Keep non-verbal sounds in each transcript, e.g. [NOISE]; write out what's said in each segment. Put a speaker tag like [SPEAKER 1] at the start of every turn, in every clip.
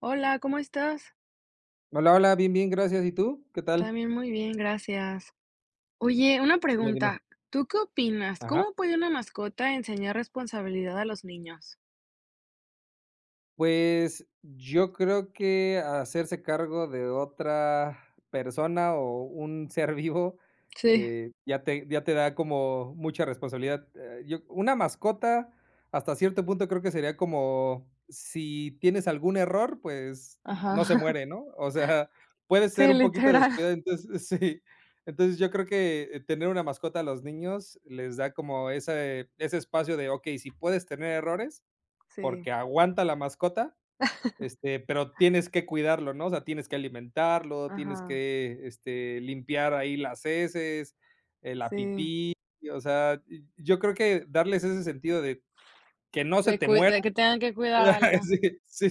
[SPEAKER 1] Hola, ¿cómo estás?
[SPEAKER 2] Hola, hola, bien, bien, gracias. ¿Y tú? ¿Qué tal?
[SPEAKER 1] También muy bien, gracias. Oye, una
[SPEAKER 2] Dime, dime.
[SPEAKER 1] pregunta. ¿Tú qué opinas?
[SPEAKER 2] Ajá.
[SPEAKER 1] ¿Cómo puede una mascota enseñar responsabilidad a los niños?
[SPEAKER 2] Pues, yo creo que hacerse cargo de otra persona o un ser vivo,
[SPEAKER 1] Sí,
[SPEAKER 2] ya te da como mucha responsabilidad. Yo una mascota, hasta cierto punto, creo que sería como si tienes algún error, pues,
[SPEAKER 1] ajá.
[SPEAKER 2] no se
[SPEAKER 1] [LAUGHS]
[SPEAKER 2] muere, ¿no? O sea, puedes ser
[SPEAKER 1] Sí,
[SPEAKER 2] un poquito
[SPEAKER 1] literal.
[SPEAKER 2] descuidado, entonces [LAUGHS] sí. Entonces, yo creo que tener una mascota a los niños les da como ese espacio de, okey, si puedes tener errores,
[SPEAKER 1] Sí.
[SPEAKER 2] porque aguanta la mascota. Este, pero tienes que cuidarlo, ¿no? O sea, tienes que alimentarlo, tienes
[SPEAKER 1] Ajá,
[SPEAKER 2] que, este, limpiar ahí las heces, la
[SPEAKER 1] sí.
[SPEAKER 2] pipí, o sea, y yo creo que darles ese sentido de que no se
[SPEAKER 1] De,
[SPEAKER 2] te
[SPEAKER 1] cui-
[SPEAKER 2] muera.
[SPEAKER 1] de que tengan que cuidar algo.
[SPEAKER 2] [LAUGHS] Sí,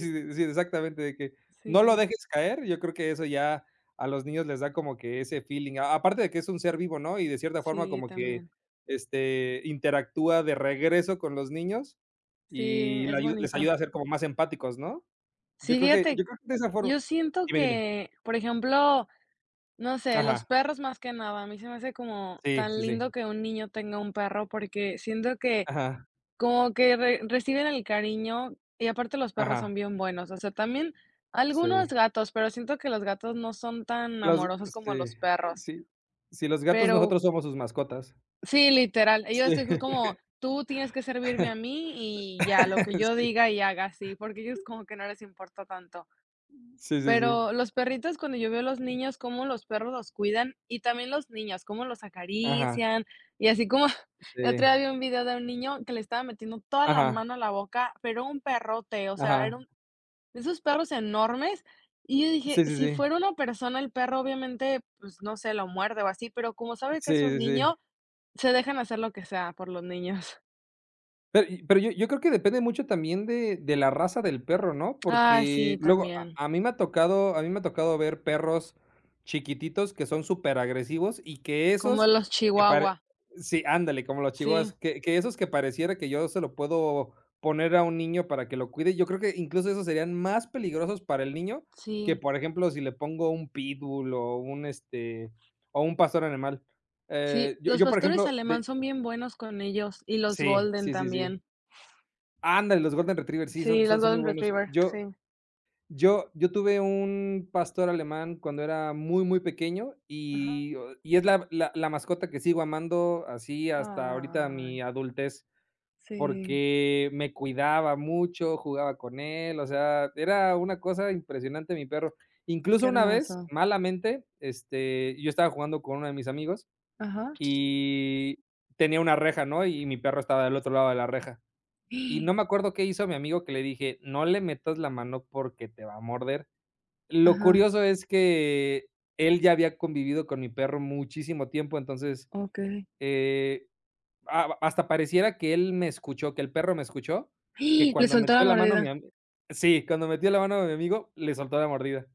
[SPEAKER 2] sí, sí, sí, exactamente, de que no lo
[SPEAKER 1] Sí,
[SPEAKER 2] dejes caer, yo creo que eso ya a los niños les da como que ese feeling, a aparte de que es un ser vivo, ¿no? Y de cierta forma
[SPEAKER 1] sí,
[SPEAKER 2] como que,
[SPEAKER 1] también.
[SPEAKER 2] este, interactúa de regreso con los niños
[SPEAKER 1] Sí,
[SPEAKER 2] y le
[SPEAKER 1] es
[SPEAKER 2] ayu les
[SPEAKER 1] bonito.
[SPEAKER 2] ayuda a ser como más empáticos, ¿no? Yo
[SPEAKER 1] Sí,
[SPEAKER 2] creo que yo
[SPEAKER 1] fíjate,
[SPEAKER 2] creo que de esa forma
[SPEAKER 1] yo siento
[SPEAKER 2] dime, dime.
[SPEAKER 1] que, por ejemplo, no sé, los
[SPEAKER 2] Ajá.
[SPEAKER 1] perros más que nada, a mí se me hace como
[SPEAKER 2] Sí,
[SPEAKER 1] tan
[SPEAKER 2] sí, sí.
[SPEAKER 1] lindo que un niño tenga un perro porque siento que
[SPEAKER 2] Ajá,
[SPEAKER 1] como que re reciben el cariño, y aparte los perros
[SPEAKER 2] ajá.
[SPEAKER 1] son bien buenos, o sea, también algunos
[SPEAKER 2] Sí.
[SPEAKER 1] gatos, pero siento que los gatos no son tan
[SPEAKER 2] Los
[SPEAKER 1] amorosos como
[SPEAKER 2] sí,
[SPEAKER 1] los perros,
[SPEAKER 2] sí. Sí, los gatos
[SPEAKER 1] pero
[SPEAKER 2] nosotros somos sus mascotas.
[SPEAKER 1] sí, literal, ellos
[SPEAKER 2] Sí.
[SPEAKER 1] es como: "Tú tienes que servirme a
[SPEAKER 2] [LAUGHS]
[SPEAKER 1] mí y ya, lo que yo
[SPEAKER 2] Sí.
[SPEAKER 1] diga y haga", así, porque ellos como que no les importa tanto.
[SPEAKER 2] Sí, sí, sí.
[SPEAKER 1] Pero los perritos, cuando yo veo los niños, cómo los perros los cuidan y también los niños, cómo los
[SPEAKER 2] Ajá.
[SPEAKER 1] acarician y así como [LAUGHS] el otro
[SPEAKER 2] Sí.
[SPEAKER 1] día vi un video de un niño que le estaba metiendo toda la
[SPEAKER 2] Ajá,
[SPEAKER 1] mano a la boca, pero un perrote, o sea, era
[SPEAKER 2] ajá.
[SPEAKER 1] un de esos perros enormes, y yo dije:
[SPEAKER 2] Sí, sí,
[SPEAKER 1] "Si
[SPEAKER 2] sí.
[SPEAKER 1] fuera una persona, el perro obviamente, pues, no sé, lo muerde o así", pero como sabe que es un
[SPEAKER 2] Sí, sí, sí.
[SPEAKER 1] niño, se dejan hacer lo que sea por los niños.
[SPEAKER 2] Pero yo creo que depende mucho también de la raza del perro, ¿no?
[SPEAKER 1] [LAUGHS] Ah,
[SPEAKER 2] Porque
[SPEAKER 1] sí,
[SPEAKER 2] luego a
[SPEAKER 1] también,
[SPEAKER 2] a mí me ha tocado a mí me ha tocado ver perros chiquititos que son súper agresivos y que
[SPEAKER 1] como
[SPEAKER 2] esos
[SPEAKER 1] los
[SPEAKER 2] que pare
[SPEAKER 1] chihuahua.
[SPEAKER 2] sí, ándale, como los
[SPEAKER 1] Sí,
[SPEAKER 2] chihuahuas, que esos que pareciera que yo se lo puedo poner a un niño para que lo cuide, yo creo que incluso esos serían más peligrosos para el niño que,
[SPEAKER 1] sí.
[SPEAKER 2] por ejemplo, si le pongo un pitbull o un, este, o un pastor animal.
[SPEAKER 1] Sí,
[SPEAKER 2] Eh, yo
[SPEAKER 1] los
[SPEAKER 2] yo, por
[SPEAKER 1] pastores
[SPEAKER 2] ejemplo,
[SPEAKER 1] alemán
[SPEAKER 2] de
[SPEAKER 1] son bien buenos con ellos, y los
[SPEAKER 2] sí,
[SPEAKER 1] golden
[SPEAKER 2] sí, sí, sí.
[SPEAKER 1] también.
[SPEAKER 2] Ándale, los Golden Retriever, sí,
[SPEAKER 1] Sí,
[SPEAKER 2] son
[SPEAKER 1] los
[SPEAKER 2] son son muy
[SPEAKER 1] golden
[SPEAKER 2] buenos.
[SPEAKER 1] retriever,
[SPEAKER 2] Yo
[SPEAKER 1] sí.
[SPEAKER 2] yo yo tuve un pastor alemán cuando era muy, muy pequeño
[SPEAKER 1] Ajá.
[SPEAKER 2] y o y es la mascota que sigo amando así hasta ahorita
[SPEAKER 1] Ay,
[SPEAKER 2] mi adultez,
[SPEAKER 1] sí,
[SPEAKER 2] porque me cuidaba mucho, jugaba con él, o sea, era una cosa impresionante mi perro.
[SPEAKER 1] qué
[SPEAKER 2] Incluso una vez,
[SPEAKER 1] hermoso.
[SPEAKER 2] malamente, este, yo estaba jugando con uno de mis amigos
[SPEAKER 1] Ajá.
[SPEAKER 2] y tenía una reja, ¿no? Y mi perro estaba del otro lado de la reja. Y no me
[SPEAKER 1] [GASPS]
[SPEAKER 2] acuerdo qué hizo mi amigo que le dije: "No le metas la mano porque te va a morder". Lo
[SPEAKER 1] Ajá,
[SPEAKER 2] curioso es que él ya había convivido con mi perro muchísimo tiempo, entonces,
[SPEAKER 1] okey.
[SPEAKER 2] eh, ha hasta pareciera que él me escuchó, que el perro me escuchó,
[SPEAKER 1] [GASPS]
[SPEAKER 2] que
[SPEAKER 1] Le
[SPEAKER 2] cuando
[SPEAKER 1] soltó la
[SPEAKER 2] metió la mano mi
[SPEAKER 1] mordida.
[SPEAKER 2] ami sí, cuando metió la mano a mi amigo, le soltó la mordida.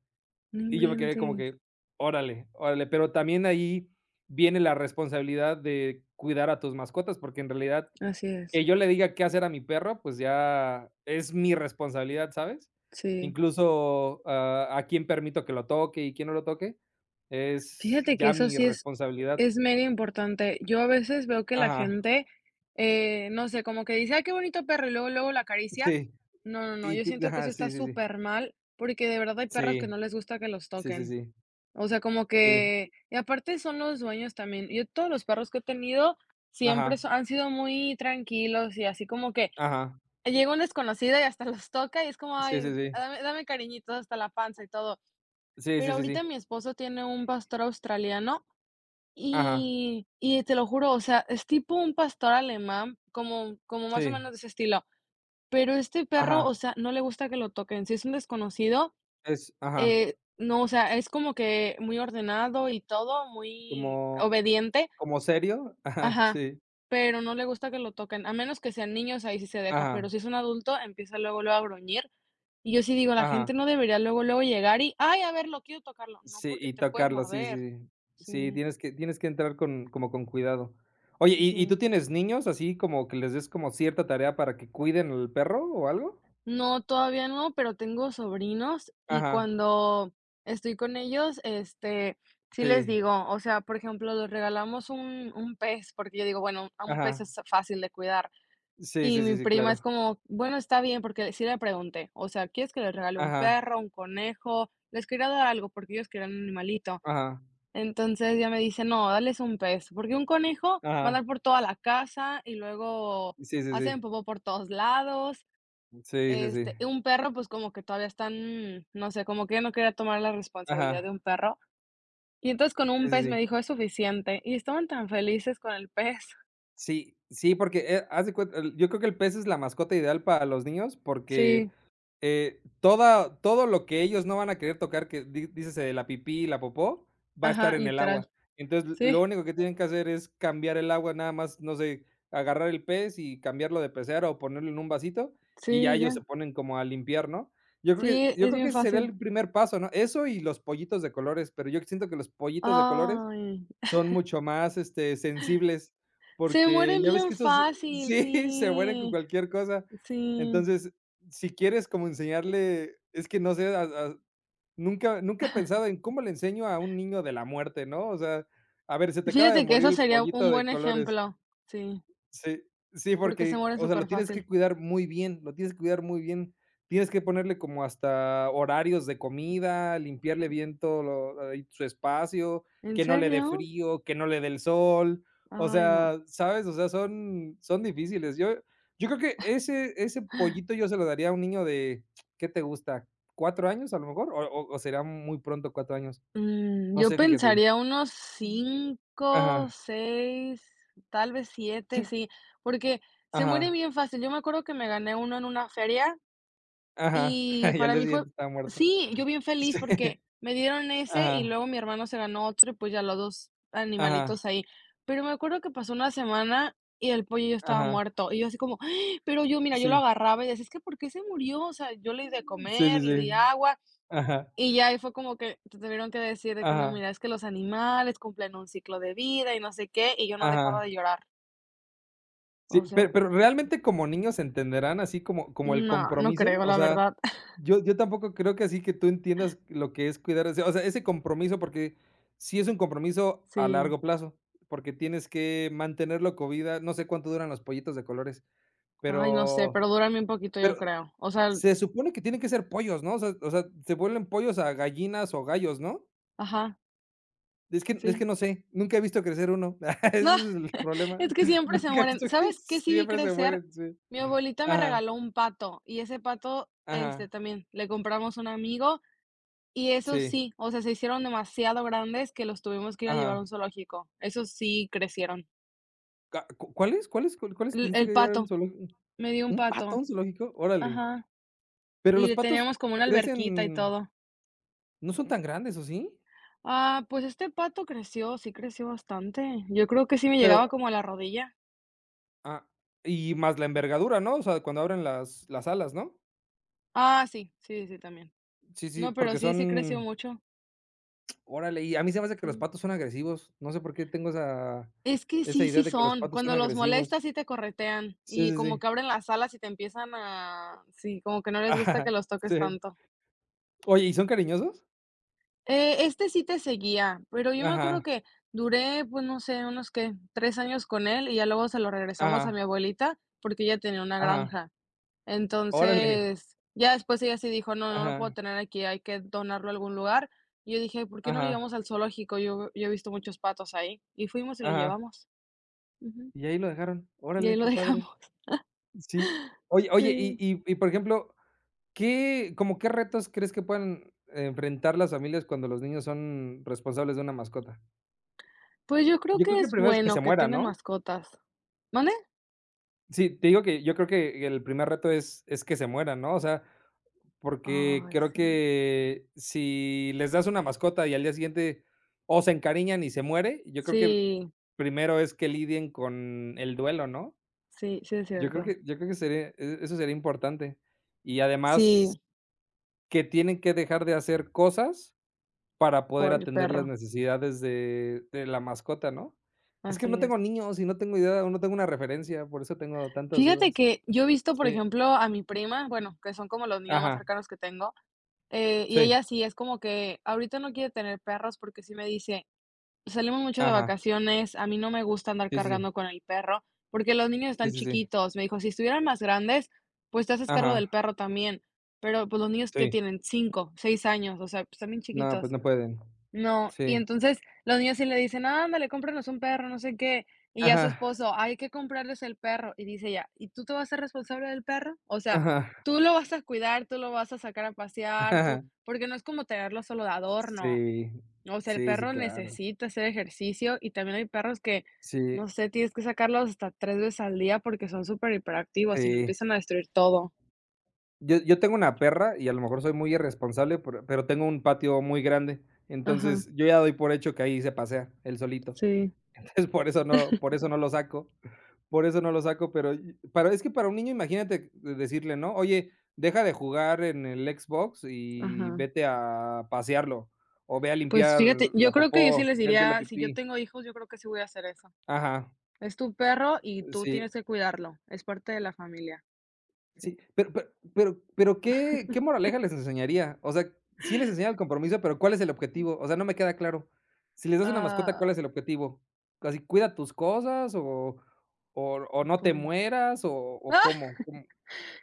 [SPEAKER 1] No
[SPEAKER 2] Y yo me quedé como
[SPEAKER 1] inventes.
[SPEAKER 2] que: "Órale, órale". Pero también ahí viene la responsabilidad de cuidar a tus mascotas, porque en realidad
[SPEAKER 1] Así es,
[SPEAKER 2] que yo le diga qué hacer a mi perro, pues ya es mi responsabilidad, ¿sabes?
[SPEAKER 1] sí.
[SPEAKER 2] Incluso, ah, a quién permito que lo toque y quién no lo toque, es
[SPEAKER 1] Fíjate que
[SPEAKER 2] ya
[SPEAKER 1] eso
[SPEAKER 2] mi
[SPEAKER 1] sí es
[SPEAKER 2] responsabilidad.
[SPEAKER 1] es mega importante. Yo a veces veo que la
[SPEAKER 2] Ajá,
[SPEAKER 1] gente, no sé, como que dice: "Ay, qué bonito perro", y luego, luego la acaricia.
[SPEAKER 2] sí,
[SPEAKER 1] No, no, no,
[SPEAKER 2] y
[SPEAKER 1] yo
[SPEAKER 2] tú
[SPEAKER 1] siento que eso
[SPEAKER 2] ajá,
[SPEAKER 1] está
[SPEAKER 2] sí, sí, sí.
[SPEAKER 1] súper mal porque de verdad hay perros que
[SPEAKER 2] Sí,
[SPEAKER 1] no les gusta que los
[SPEAKER 2] sí, sí,
[SPEAKER 1] toquen.
[SPEAKER 2] sí,
[SPEAKER 1] O sea, como
[SPEAKER 2] sí,
[SPEAKER 1] que y aparte son los dueños también. Yo todos los perros que he tenido siempre
[SPEAKER 2] ajá,
[SPEAKER 1] han sido muy tranquilos y así como que
[SPEAKER 2] ajá,
[SPEAKER 1] llega un desconocido y hasta [LAUGHS] los toca y es como:
[SPEAKER 2] sí,
[SPEAKER 1] "Ay,
[SPEAKER 2] sí, sí,
[SPEAKER 1] dame dame cariñitos", hasta la panza y todo.
[SPEAKER 2] sí,
[SPEAKER 1] Pero
[SPEAKER 2] sí, sí,
[SPEAKER 1] ahorita
[SPEAKER 2] sí,
[SPEAKER 1] mi esposo tiene un pastor australiano
[SPEAKER 2] ajá,
[SPEAKER 1] y te lo juro, o sea, es tipo un pastor alemán, como como más o
[SPEAKER 2] sí,
[SPEAKER 1] menos de ese estilo, pero este perro,
[SPEAKER 2] ajá,
[SPEAKER 1] o sea, no le gusta que lo toquen. Si es un desconocido,
[SPEAKER 2] es ajá,
[SPEAKER 1] no, o sea, es como que muy ordenado y todo, muy
[SPEAKER 2] como
[SPEAKER 1] obediente,
[SPEAKER 2] como serio, ajá,
[SPEAKER 1] ajá,
[SPEAKER 2] sí,
[SPEAKER 1] pero no le gusta que lo toquen, a menos que sean niños, ahí sí se deja, pero
[SPEAKER 2] ajá,
[SPEAKER 1] si es un adulto, empieza luego, luego a gruñir, y yo sí digo, la
[SPEAKER 2] ajá.
[SPEAKER 1] gente no debería luego, luego llegar y: "Ay, a ver lo quiero tocarlo", no,
[SPEAKER 2] Sí,
[SPEAKER 1] porque
[SPEAKER 2] y
[SPEAKER 1] te puede
[SPEAKER 2] tocarlo, sí,
[SPEAKER 1] morder.
[SPEAKER 2] sí. Sí,
[SPEAKER 1] Sí,
[SPEAKER 2] tienes que entrar con como con cuidado. Oye, ¿y y
[SPEAKER 1] sí.
[SPEAKER 2] tú tienes niños así como que les des como cierta tarea para que cuiden al perro o algo?
[SPEAKER 1] No, todavía no, pero tengo sobrinos y
[SPEAKER 2] Ajá,
[SPEAKER 1] cuando estoy con ellos, sí les
[SPEAKER 2] sí,
[SPEAKER 1] digo, o sea, por ejemplo, les regalamos un pez, porque yo digo, bueno, a un pez
[SPEAKER 2] ajá.
[SPEAKER 1] es fácil de cuidar.
[SPEAKER 2] Sí,
[SPEAKER 1] Y
[SPEAKER 2] sí,
[SPEAKER 1] mi
[SPEAKER 2] sí, sí,
[SPEAKER 1] prima es
[SPEAKER 2] claro.
[SPEAKER 1] como, bueno, está bien, porque sí le pregunté, o sea, ¿quieres que les regale un
[SPEAKER 2] Ajá,
[SPEAKER 1] perro, un conejo? Les quería dar algo porque ellos querían un animalito.
[SPEAKER 2] ajá,
[SPEAKER 1] Entonces ya me dice, no, dales un pez, porque un conejo va a
[SPEAKER 2] ajá.
[SPEAKER 1] andar por toda la casa y luego
[SPEAKER 2] Sí, sí,
[SPEAKER 1] hacen
[SPEAKER 2] sí.
[SPEAKER 1] popó por todos lados.
[SPEAKER 2] Sí, sí, sí. Sí,
[SPEAKER 1] Un perro, pues, como que todavía están, no sé, como que yo no quería tomar la responsabilidad
[SPEAKER 2] ajá.
[SPEAKER 1] de un perro. Y entonces con un
[SPEAKER 2] Sí, sí,
[SPEAKER 1] pez me
[SPEAKER 2] sí.
[SPEAKER 1] dijo: "Es suficiente", y estaban tan felices con el pez.
[SPEAKER 2] Sí, sí, porque, haz de cuenta, el- yo creo que el pez es la mascota ideal para los niños
[SPEAKER 1] Sí,
[SPEAKER 2] porque, toda todo lo que ellos no van a querer tocar, que di dícese la pipí y la popó, va a estar
[SPEAKER 1] ajá,
[SPEAKER 2] en el
[SPEAKER 1] literal.
[SPEAKER 2] agua. Entonces, l-
[SPEAKER 1] Sí,
[SPEAKER 2] lo único que tienen que hacer es cambiar el agua, nada más, no sé, agarrar el pez y cambiarlo de pecera o ponerlo en un vasito, y ya
[SPEAKER 1] sí,
[SPEAKER 2] ellos se
[SPEAKER 1] ya.
[SPEAKER 2] ponen como a limpiar, ¿no? Yo creo que
[SPEAKER 1] Sí,
[SPEAKER 2] yo
[SPEAKER 1] es
[SPEAKER 2] creo
[SPEAKER 1] bien
[SPEAKER 2] que ese sería
[SPEAKER 1] fácil.
[SPEAKER 2] el primer paso, ¿no? Eso y los pollitos de colores, pero yo siento que los pollitos de colores
[SPEAKER 1] Ay,
[SPEAKER 2] son mucho más, este, sensibles,
[SPEAKER 1] se
[SPEAKER 2] porque
[SPEAKER 1] mueren
[SPEAKER 2] ya ves
[SPEAKER 1] bien
[SPEAKER 2] que esos [LAUGHS]
[SPEAKER 1] fácil,
[SPEAKER 2] sí, se mueren con
[SPEAKER 1] sí,
[SPEAKER 2] cualquier cosa.
[SPEAKER 1] sí.
[SPEAKER 2] Entonces, si quieres como enseñarle, es que no sé, a nunca nunca he pensado en cómo le enseño a un niño de la muerte, ¿no? O sea, a ver, se te acaba de
[SPEAKER 1] Fíjate que
[SPEAKER 2] morir
[SPEAKER 1] eso
[SPEAKER 2] el
[SPEAKER 1] sería un
[SPEAKER 2] pollito de
[SPEAKER 1] buen
[SPEAKER 2] colores.
[SPEAKER 1] ejemplo. Sí,
[SPEAKER 2] Sí, sí,
[SPEAKER 1] porque se
[SPEAKER 2] porque,
[SPEAKER 1] mueren
[SPEAKER 2] o sea, lo
[SPEAKER 1] súper
[SPEAKER 2] tienes
[SPEAKER 1] fácil.
[SPEAKER 2] que cuidar muy bien, lo tienes que cuidar muy bien. Tienes que ponerle como hasta horarios de comida, limpiarle bien todo lo ahí su espacio,
[SPEAKER 1] ¿En
[SPEAKER 2] que no le dé
[SPEAKER 1] serio?
[SPEAKER 2] frío, que no le dé el sol. O
[SPEAKER 1] Ay, no.
[SPEAKER 2] sea, ¿sabes? O sea, son son difíciles. Yo yo creo que ese pollito yo se lo daría a un niño de, ¿qué te gusta? ¿Cuatro años a lo mejor? O será muy pronto 4 años?
[SPEAKER 1] Mm,
[SPEAKER 2] No
[SPEAKER 1] yo
[SPEAKER 2] sé, fíjate.
[SPEAKER 1] pensaría unos
[SPEAKER 2] Ujú.
[SPEAKER 1] 5
[SPEAKER 2] Ajá,
[SPEAKER 1] 6 tal vez siete,
[SPEAKER 2] sí,
[SPEAKER 1] sí, porque se mueren
[SPEAKER 2] ajá,
[SPEAKER 1] bien fácil. Yo me acuerdo que me gané uno en una feria
[SPEAKER 2] ajá.
[SPEAKER 1] y
[SPEAKER 2] [LAUGHS] Y al
[SPEAKER 1] para
[SPEAKER 2] día
[SPEAKER 1] mí fue,
[SPEAKER 2] siguiente estaba muerto.
[SPEAKER 1] sí, yo bien feliz
[SPEAKER 2] Sí,
[SPEAKER 1] porque me dieron ese y
[SPEAKER 2] ajá,
[SPEAKER 1] luego mi hermano se ganó otro y pues ya los 2 animalitos
[SPEAKER 2] ajá,
[SPEAKER 1] ahí. Pero me acuerdo que pasó una semana y el pollo ya estaba
[SPEAKER 2] ajá,
[SPEAKER 1] muerto y yo así como, "Ah", pero yo, mira, yo lo
[SPEAKER 2] sí,
[SPEAKER 1] agarraba y decía, es que ¿por qué se murió? O sea, yo le di de
[SPEAKER 2] sí, sí,
[SPEAKER 1] comer, le di
[SPEAKER 2] sí,
[SPEAKER 1] agua.
[SPEAKER 2] ajá,
[SPEAKER 1] Y ya ahí fue como que te tuvieron que decir de que: "No,
[SPEAKER 2] ajá,
[SPEAKER 1] mira, es que los animales cumplen un ciclo de vida y no sé qué", y yo no dejaba de
[SPEAKER 2] ajá.
[SPEAKER 1] llorar.
[SPEAKER 2] Sí,
[SPEAKER 1] O sea,
[SPEAKER 2] pero realmente como niños entenderán así como como el
[SPEAKER 1] no, no
[SPEAKER 2] compromiso,
[SPEAKER 1] creo,
[SPEAKER 2] o
[SPEAKER 1] la
[SPEAKER 2] sea,
[SPEAKER 1] verdad. [LAUGHS]
[SPEAKER 2] yo tampoco creo que así que tú entiendas lo que es cuidar, o sea, ese compromiso, porque sí es un compromiso a
[SPEAKER 1] Sí.
[SPEAKER 2] largo plazo, porque tienes que mantenerlo con vida, no sé cuánto duran los pollitos de colores,
[SPEAKER 1] Ay, no sé,
[SPEAKER 2] pero
[SPEAKER 1] pero duran bien poquito, yo
[SPEAKER 2] pero
[SPEAKER 1] creo. O sea, el
[SPEAKER 2] se supone que tienen que ser pollos, ¿no? O sea, se vuelven pollos a gallinas o gallos, ¿no?
[SPEAKER 1] ajá,
[SPEAKER 2] Es que es
[SPEAKER 1] sí.
[SPEAKER 2] que no sé, nunca he visto crecer uno, [LAUGHS] ese
[SPEAKER 1] No,
[SPEAKER 2] es el
[SPEAKER 1] [LAUGHS]
[SPEAKER 2] problema.
[SPEAKER 1] es que
[SPEAKER 2] [LAUGHS]
[SPEAKER 1] siempre se
[SPEAKER 2] Nunca he
[SPEAKER 1] mueren.
[SPEAKER 2] visto que
[SPEAKER 1] ¿Sabes qué sí vi
[SPEAKER 2] siempre se
[SPEAKER 1] crecer?
[SPEAKER 2] mueren, sí.
[SPEAKER 1] Mi abuelita me
[SPEAKER 2] Ajá,
[SPEAKER 1] regaló un pato, y ese pato, este,
[SPEAKER 2] ajá,
[SPEAKER 1] también le compramos a un amigo, y esos
[SPEAKER 2] sí,
[SPEAKER 1] sí, o sea, se hicieron demasiado grandes que los tuvimos que ir a llevar a
[SPEAKER 2] ajá.
[SPEAKER 1] un zoológico. Esos sí crecieron.
[SPEAKER 2] Ca ¿cu cuáles cuáles cu- cuáles te
[SPEAKER 1] El
[SPEAKER 2] dijiste
[SPEAKER 1] el
[SPEAKER 2] que había un
[SPEAKER 1] pato.
[SPEAKER 2] zoológico?
[SPEAKER 1] Me dio un
[SPEAKER 2] ¿Un pato a
[SPEAKER 1] pato,
[SPEAKER 2] un zoológico? Órale.
[SPEAKER 1] ajá,
[SPEAKER 2] Pero
[SPEAKER 1] y
[SPEAKER 2] los
[SPEAKER 1] le
[SPEAKER 2] patos
[SPEAKER 1] teníamos como una alberquita y
[SPEAKER 2] crecen,
[SPEAKER 1] todo.
[SPEAKER 2] no son tan grandes, ¿o sí?
[SPEAKER 1] Ah, pues este pato creció, sí creció bastante. Yo creo que sí me
[SPEAKER 2] Pero
[SPEAKER 1] llegaba como a la rodilla.
[SPEAKER 2] ah, y más la envergadura, ¿no? O sea, cuando abren las alas, ¿no?
[SPEAKER 1] Ah, sí, sí, sí, también.
[SPEAKER 2] Sí, sí,
[SPEAKER 1] No, pero
[SPEAKER 2] porque
[SPEAKER 1] sí, sí creció
[SPEAKER 2] son
[SPEAKER 1] mucho,
[SPEAKER 2] órale, y a mí se me hace que los
[SPEAKER 1] sí.
[SPEAKER 2] patos son agresivos, no sé por qué tengo esa
[SPEAKER 1] Es que
[SPEAKER 2] esa
[SPEAKER 1] sí, sí
[SPEAKER 2] idea de que los
[SPEAKER 1] son.
[SPEAKER 2] patos son
[SPEAKER 1] Cuando los
[SPEAKER 2] agresivos.
[SPEAKER 1] molestas, sí te corretean
[SPEAKER 2] Sí,
[SPEAKER 1] y
[SPEAKER 2] sí,
[SPEAKER 1] como
[SPEAKER 2] sí.
[SPEAKER 1] que abren las alas y te empiezan a, sí, como que no les gusta
[SPEAKER 2] Ajá,
[SPEAKER 1] que los toques
[SPEAKER 2] sí.
[SPEAKER 1] tanto.
[SPEAKER 2] Oye, ¿y son cariñosos?
[SPEAKER 1] Este sí te seguía, pero yo me acuerdo
[SPEAKER 2] Ajá,
[SPEAKER 1] que duré, pues, no sé, unos, ¿qué?, 3 años con él, y ya luego se lo regresamos a mi
[SPEAKER 2] ajá,
[SPEAKER 1] abuelita, porque ella tenía una
[SPEAKER 2] ajá.
[SPEAKER 1] granja.
[SPEAKER 2] Órale.
[SPEAKER 1] Entonces, ya después ella sí dijo: "No, no lo puedo
[SPEAKER 2] Ajá,
[SPEAKER 1] tener aquí, hay que donarlo a algún lugar". Y yo dije: "¿Por qué no lo
[SPEAKER 2] ajá,
[SPEAKER 1] llevamos al zoológico? Yo he visto muchos patos ahí". Y fuimos y lo
[SPEAKER 2] ajá.
[SPEAKER 1] llevamos. Ujú.
[SPEAKER 2] Y ahí lo dejaron.
[SPEAKER 1] Y ahí
[SPEAKER 2] Órale,
[SPEAKER 1] lo [LAUGHS]
[SPEAKER 2] qué padre.
[SPEAKER 1] dejamos.
[SPEAKER 2] Sí. Oye oye,
[SPEAKER 1] Sí.
[SPEAKER 2] y por ejemplo, ¿qué como qué retos crees que pueden enfrentar las familias cuando los niños son responsables de una mascota?
[SPEAKER 1] Pues, yo creo
[SPEAKER 2] Yo
[SPEAKER 1] que
[SPEAKER 2] creo que el
[SPEAKER 1] es
[SPEAKER 2] primero es que
[SPEAKER 1] bueno
[SPEAKER 2] se
[SPEAKER 1] que
[SPEAKER 2] muera,
[SPEAKER 1] tengan
[SPEAKER 2] ¿no?
[SPEAKER 1] mascotas. ¿Vale?
[SPEAKER 2] Sí, te digo que yo creo que el primer reto es que se muera, ¿no? O sea, porque
[SPEAKER 1] Ay,
[SPEAKER 2] creo
[SPEAKER 1] sí.
[SPEAKER 2] que si les das una mascota y al día siguiente o se encariñan y se muere, yo creo que
[SPEAKER 1] Sí,
[SPEAKER 2] primero es que lidien con el duelo, ¿no?
[SPEAKER 1] sí, sí es
[SPEAKER 2] Yo creo
[SPEAKER 1] cierto.
[SPEAKER 2] que yo creo que sería e eso sería importante. Y
[SPEAKER 1] Sí.
[SPEAKER 2] además que tienen que dejar de hacer cosas para poder
[SPEAKER 1] Por el
[SPEAKER 2] atender las
[SPEAKER 1] perro,
[SPEAKER 2] necesidades de la mascota, ¿no? Es que no
[SPEAKER 1] así
[SPEAKER 2] tengo
[SPEAKER 1] es.
[SPEAKER 2] niños y no tengo idea o no tengo una referencia, por eso tengo tantas
[SPEAKER 1] Fíjate
[SPEAKER 2] dudas.
[SPEAKER 1] que yo he visto, por
[SPEAKER 2] Sí.
[SPEAKER 1] ejemplo, a mi prima, bueno, que son como los niños más
[SPEAKER 2] Ajá.
[SPEAKER 1] cercanos que tengo, y
[SPEAKER 2] Sí.
[SPEAKER 1] ella sí es como que ahorita no quiere tener perros porque sí me dice: "Salimos mucho de
[SPEAKER 2] Ajá.
[SPEAKER 1] vacaciones, a mí no me gusta andar
[SPEAKER 2] Sí, sí, sí.
[SPEAKER 1] cargando con el perro", porque los niños
[SPEAKER 2] Sí,
[SPEAKER 1] están
[SPEAKER 2] sí, sí.
[SPEAKER 1] chiquitos. Me dijo: "Si estuvieran más grandes, pues te haces cargo
[SPEAKER 2] Ajá.
[SPEAKER 1] del perro también", pero, pues, los niños, ¿que
[SPEAKER 2] Sí.
[SPEAKER 1] tienen? 5, 6 años, o sea, pues, están bien
[SPEAKER 2] No, pues
[SPEAKER 1] chiquitos.
[SPEAKER 2] no pueden.
[SPEAKER 1] No, y
[SPEAKER 2] Sí.
[SPEAKER 1] entonces los niños sí le dicen: "Ándale, cómprenos un perro, no sé qué", y ya
[SPEAKER 2] Ajá,
[SPEAKER 1] su esposo: "Hay que comprarles el perro", y dice ya "¿Y tú te vas a ser responsable del perro?". O sea,
[SPEAKER 2] ajá,
[SPEAKER 1] tú lo vas a cuidar, tú lo vas a sacar a pasear, tú,
[SPEAKER 2] ajá.
[SPEAKER 1] porque no es como tenerlo solo de adorno.
[SPEAKER 2] Sí,
[SPEAKER 1] O sea, el
[SPEAKER 2] sí, sí,
[SPEAKER 1] perro
[SPEAKER 2] claro.
[SPEAKER 1] necesita hacer ejercicio y también hay perros que, no
[SPEAKER 2] Sí,
[SPEAKER 1] sé, tienes que sacarlos hasta 3 veces al día porque son súper hiperactivos y no
[SPEAKER 2] sí.
[SPEAKER 1] empiezan a destruir todo.
[SPEAKER 2] Yo tengo una perra y a lo mejor soy muy irresponsable, pero tengo un patio muy grande.
[SPEAKER 1] Ajá,
[SPEAKER 2] Entonces, yo ya doy por hecho que ahí se pasea él solito.
[SPEAKER 1] sí,
[SPEAKER 2] [LAUGHS] Entonces, por eso no lo saco, por eso no lo saco, pero y para es que para un niño, imagínate de decirle, ¿no? Oye, deja de jugar en el Xbox y
[SPEAKER 1] ajá.
[SPEAKER 2] vete a pasearlo, o ve a
[SPEAKER 1] Pues
[SPEAKER 2] limpiar
[SPEAKER 1] fíjate, yo
[SPEAKER 2] la
[SPEAKER 1] creo que yo sí
[SPEAKER 2] popó,
[SPEAKER 1] les
[SPEAKER 2] ven, píe la
[SPEAKER 1] diría, si yo
[SPEAKER 2] pipí.
[SPEAKER 1] tengo hijos, yo creo que sí voy a hacer eso.
[SPEAKER 2] Ajá,
[SPEAKER 1] Es tu perro y tú
[SPEAKER 2] sí,
[SPEAKER 1] tienes que cuidarlo, es parte de la familia,
[SPEAKER 2] sí,
[SPEAKER 1] sí.
[SPEAKER 2] pero, ¿qué qué moraleja les enseñaría? O sea, sí les enseña el compromiso, pero, ¿cuál es el objetivo? O sea, no me queda claro. Si les das una mascota, ¿cuál
[SPEAKER 1] Ah,
[SPEAKER 2] es el objetivo? ¿Así cuida tus cosas o no te
[SPEAKER 1] pues,
[SPEAKER 2] mueras o
[SPEAKER 1] ¡ah! [LAUGHS]
[SPEAKER 2] cómo? ¿Cómo? [LAUGHS]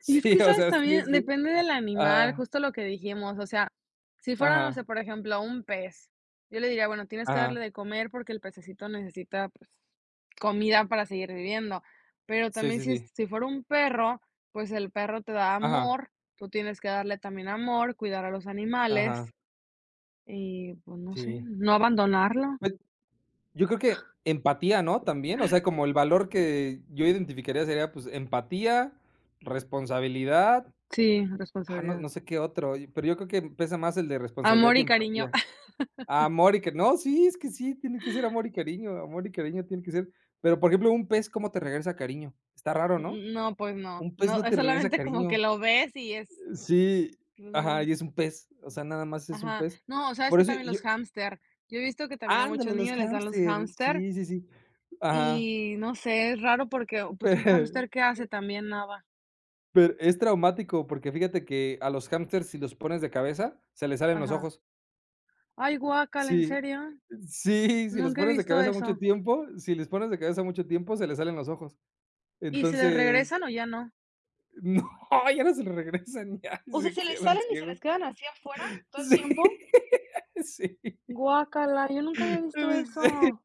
[SPEAKER 1] Y es
[SPEAKER 2] Sí,
[SPEAKER 1] que,
[SPEAKER 2] o
[SPEAKER 1] ¿sabes?
[SPEAKER 2] sea, sí es
[SPEAKER 1] También
[SPEAKER 2] que
[SPEAKER 1] depende del animal,
[SPEAKER 2] ajá,
[SPEAKER 1] justo lo que dijimos, o sea, si fuera, no sé,
[SPEAKER 2] ajá,
[SPEAKER 1] por ejemplo, un pez, yo le diría, bueno, tienes que darle
[SPEAKER 2] ajá.
[SPEAKER 1] de comer porque el pececito necesita, pues, comida para seguir viviendo, pero
[SPEAKER 2] Sí,
[SPEAKER 1] también
[SPEAKER 2] sí,
[SPEAKER 1] si es
[SPEAKER 2] sí.
[SPEAKER 1] si fuera un perro, pues, el perro te da
[SPEAKER 2] Ajá,
[SPEAKER 1] amor, tú tienes que darle también amor, cuidar a los
[SPEAKER 2] ajá,
[SPEAKER 1] animales y, pues, no sé,
[SPEAKER 2] sí.
[SPEAKER 1] no abandonarlo.
[SPEAKER 2] Yo creo que empatía, ¿no? También, o sea, como el valor que yo identificaría sería, pues, empatía, responsabilidad,
[SPEAKER 1] Sí,
[SPEAKER 2] ah, no
[SPEAKER 1] responsabilidad.
[SPEAKER 2] no sé qué otro, y pero yo creo que pesa más el de responsabilidad
[SPEAKER 1] Amor
[SPEAKER 2] y
[SPEAKER 1] y cariño.
[SPEAKER 2] empatía.
[SPEAKER 1] [LAUGHS]
[SPEAKER 2] Amor y que no, sí, es que sí, tiene que ser amor y cariño tiene que ser. Pero, por ejemplo, un pez, ¿cómo te regresa cariño? Está raro, ¿no?
[SPEAKER 1] No, pues no.
[SPEAKER 2] Un pez
[SPEAKER 1] No,
[SPEAKER 2] no
[SPEAKER 1] es
[SPEAKER 2] te regresa
[SPEAKER 1] solamente como que
[SPEAKER 2] cariño.
[SPEAKER 1] lo ves y es,
[SPEAKER 2] Sí,
[SPEAKER 1] pues,
[SPEAKER 2] ajá,
[SPEAKER 1] no.
[SPEAKER 2] y es un pez, o sea, nada más es un
[SPEAKER 1] Ajá.
[SPEAKER 2] pez.
[SPEAKER 1] No, ¿sabes
[SPEAKER 2] Por
[SPEAKER 1] que
[SPEAKER 2] eso
[SPEAKER 1] también
[SPEAKER 2] yo
[SPEAKER 1] los hámster. Yo he visto que también a muchos
[SPEAKER 2] ándale, los
[SPEAKER 1] niños les dan los
[SPEAKER 2] hámster,
[SPEAKER 1] hámster
[SPEAKER 2] sí, sí, sí, ajá,
[SPEAKER 1] y no sé, es raro porque, pues, un hámster,
[SPEAKER 2] [LAUGHS]
[SPEAKER 1] ¿qué hace? También nada.
[SPEAKER 2] pero es traumático, porque fíjate que a los hámsters, si los pones de cabeza, se les salen los
[SPEAKER 1] Ajá.
[SPEAKER 2] ojos.
[SPEAKER 1] Ay, guácala, ¿en
[SPEAKER 2] Sí,
[SPEAKER 1] serio?
[SPEAKER 2] sí, si los
[SPEAKER 1] Nunca he
[SPEAKER 2] pones de
[SPEAKER 1] visto
[SPEAKER 2] cabeza mucho
[SPEAKER 1] eso.
[SPEAKER 2] tiempo, si les pones de cabeza mucho tiempo, se les salen los ojos.
[SPEAKER 1] ¿Y se les
[SPEAKER 2] Entonces,
[SPEAKER 1] regresan o ya no?
[SPEAKER 2] no, [LAUGHS] ya no se le regresan, ya
[SPEAKER 1] O sea,
[SPEAKER 2] se
[SPEAKER 1] ¿se les
[SPEAKER 2] quedan
[SPEAKER 1] salen y se les
[SPEAKER 2] ciegos.
[SPEAKER 1] quedan así afuera todo el
[SPEAKER 2] Sí,
[SPEAKER 1] tiempo?
[SPEAKER 2] [LAUGHS] sí.
[SPEAKER 1] Guácala, yo nunca había visto
[SPEAKER 2] [LAUGHS]
[SPEAKER 1] eso.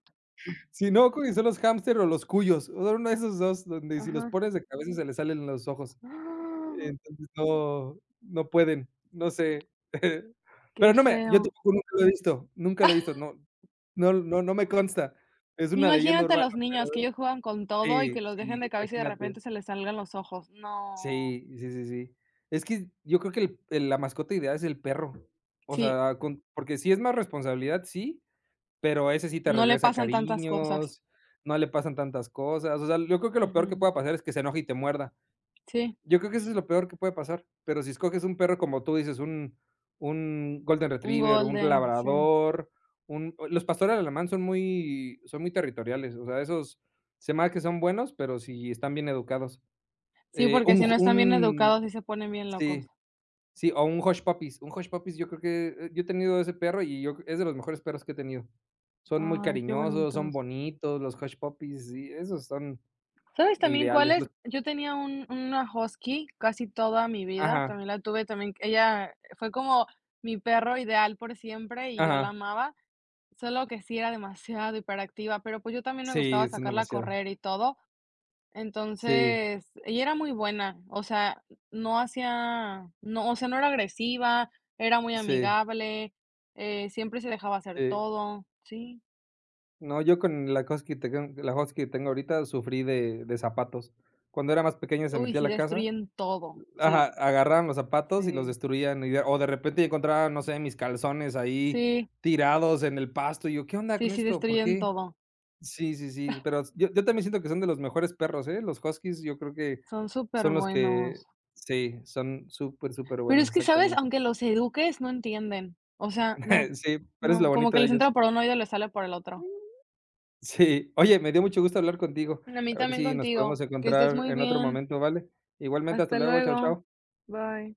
[SPEAKER 2] Si no, creo que son los hámster o los cuyos, son uno de esos 2 donde si los
[SPEAKER 1] Ajá.
[SPEAKER 2] pones de cabeza se les salen los ojos.
[SPEAKER 1] [GASPS] ¡Ah!
[SPEAKER 2] Entonces no, no pueden, no sé. [LAUGHS]
[SPEAKER 1] Qué
[SPEAKER 2] Pero no me yo
[SPEAKER 1] feo.
[SPEAKER 2] tampoco nunca lo he visto, nunca lo he visto, no me consta. Es una leyenda
[SPEAKER 1] Imagínate
[SPEAKER 2] urbana.
[SPEAKER 1] los niños que ellos juegan con todo y
[SPEAKER 2] Sí,
[SPEAKER 1] que los
[SPEAKER 2] sí,
[SPEAKER 1] dejen de cabeza y de
[SPEAKER 2] imagínate.
[SPEAKER 1] repente se les salgan los ojos. No.
[SPEAKER 2] Sí, sí, sí, sí. Es que yo creo que el la mascota ideal es el perro. O
[SPEAKER 1] Sí,
[SPEAKER 2] sea, con porque sí es más responsabilidad, sí, pero ese sí te
[SPEAKER 1] no le
[SPEAKER 2] regresa
[SPEAKER 1] pasan tantas cosas.
[SPEAKER 2] cariños, no le pasan tantas cosas. O sea, yo creo que lo peor que
[SPEAKER 1] Ujú.
[SPEAKER 2] pueda pasar es que se enoje y te muerda.
[SPEAKER 1] Sí,
[SPEAKER 2] Yo creo que eso es lo peor que puede pasar, pero si escoges un perro, como tú dices, un golden
[SPEAKER 1] un
[SPEAKER 2] retriever, un
[SPEAKER 1] golden, sí.
[SPEAKER 2] labrador, un los pastores alemán son muy territoriales, o sea, esos se me hace que son buenos, pero si están bien educados.
[SPEAKER 1] Sí, porque
[SPEAKER 2] Un
[SPEAKER 1] si no
[SPEAKER 2] j
[SPEAKER 1] están bien educados,
[SPEAKER 2] un
[SPEAKER 1] sí se ponen bien locos.
[SPEAKER 2] sí, sí, o un hush puppies, yo creo que, yo he tenido ese perro y yo es de los mejores perros que he tenido. Son muy
[SPEAKER 1] Ay, qué
[SPEAKER 2] cariñosos, son
[SPEAKER 1] bonitos.
[SPEAKER 2] bonitos, los hush puppies, sí, esos son
[SPEAKER 1] ¿Sabes también
[SPEAKER 2] ideales,
[SPEAKER 1] cuáles?
[SPEAKER 2] los
[SPEAKER 1] Yo tenía un una husky casi toda mi vida,
[SPEAKER 2] ajá,
[SPEAKER 1] también la tuve, también ella fue como mi perro ideal por siempre y yo la
[SPEAKER 2] ajá,
[SPEAKER 1] amaba, solo que sí era demasiado hiperactiva, pero, pues, yo también me gustaba
[SPEAKER 2] sí, son
[SPEAKER 1] sacarla a
[SPEAKER 2] demasiado,
[SPEAKER 1] correr y todo.
[SPEAKER 2] sí.
[SPEAKER 1] Entonces, ella era muy buena, o sea, no hacía, no, o sea, no era agresiva, era muy
[SPEAKER 2] Sí,
[SPEAKER 1] amigable, siempre se dejaba hacer
[SPEAKER 2] sí.
[SPEAKER 1] todo, sí.
[SPEAKER 2] No, yo con la husky te la husky que tengo ahorita sufrí de zapatos. Cuando era más pequeño se
[SPEAKER 1] Uy,
[SPEAKER 2] metía a
[SPEAKER 1] sí
[SPEAKER 2] la casa
[SPEAKER 1] destruyen todo,
[SPEAKER 2] ajá,
[SPEAKER 1] sí,
[SPEAKER 2] agarraban los zapatos y los
[SPEAKER 1] sí,
[SPEAKER 2] destruían, y de o de repente encontraba, no sé, mis calzones ahí
[SPEAKER 1] sí,
[SPEAKER 2] tirados en el pasto, y yo: "¿Qué onda
[SPEAKER 1] sí,
[SPEAKER 2] con
[SPEAKER 1] sí
[SPEAKER 2] esto? ¿Por
[SPEAKER 1] destruyen
[SPEAKER 2] qué?".
[SPEAKER 1] todo.
[SPEAKER 2] Sí, sí, sí, pero yo también siento que son de los mejores perros, ¿eh? Los huskies yo creo que
[SPEAKER 1] Son súper
[SPEAKER 2] son los que
[SPEAKER 1] buenos.
[SPEAKER 2] sí, son súper, súper
[SPEAKER 1] Pero
[SPEAKER 2] buenos,
[SPEAKER 1] es que, ¿sabes?
[SPEAKER 2] exactamente.
[SPEAKER 1] Aunque los eduques, no entienden. O sea, no,
[SPEAKER 2] [LAUGHS] Sí, pero es lo
[SPEAKER 1] no, como
[SPEAKER 2] bonito
[SPEAKER 1] que
[SPEAKER 2] de
[SPEAKER 1] les entra
[SPEAKER 2] ellos.
[SPEAKER 1] por un oído y les sale por el otro.
[SPEAKER 2] Sí, oye, me dio mucho gusto hablar contigo.
[SPEAKER 1] A mí
[SPEAKER 2] A ver
[SPEAKER 1] también
[SPEAKER 2] si nos podemos
[SPEAKER 1] contigo. Que estés
[SPEAKER 2] encontrar
[SPEAKER 1] muy
[SPEAKER 2] en otro
[SPEAKER 1] bien.
[SPEAKER 2] momento, ¿vale? Igualmente, hasta
[SPEAKER 1] Hasta
[SPEAKER 2] luego, chao,
[SPEAKER 1] luego.
[SPEAKER 2] chao.
[SPEAKER 1] Bye.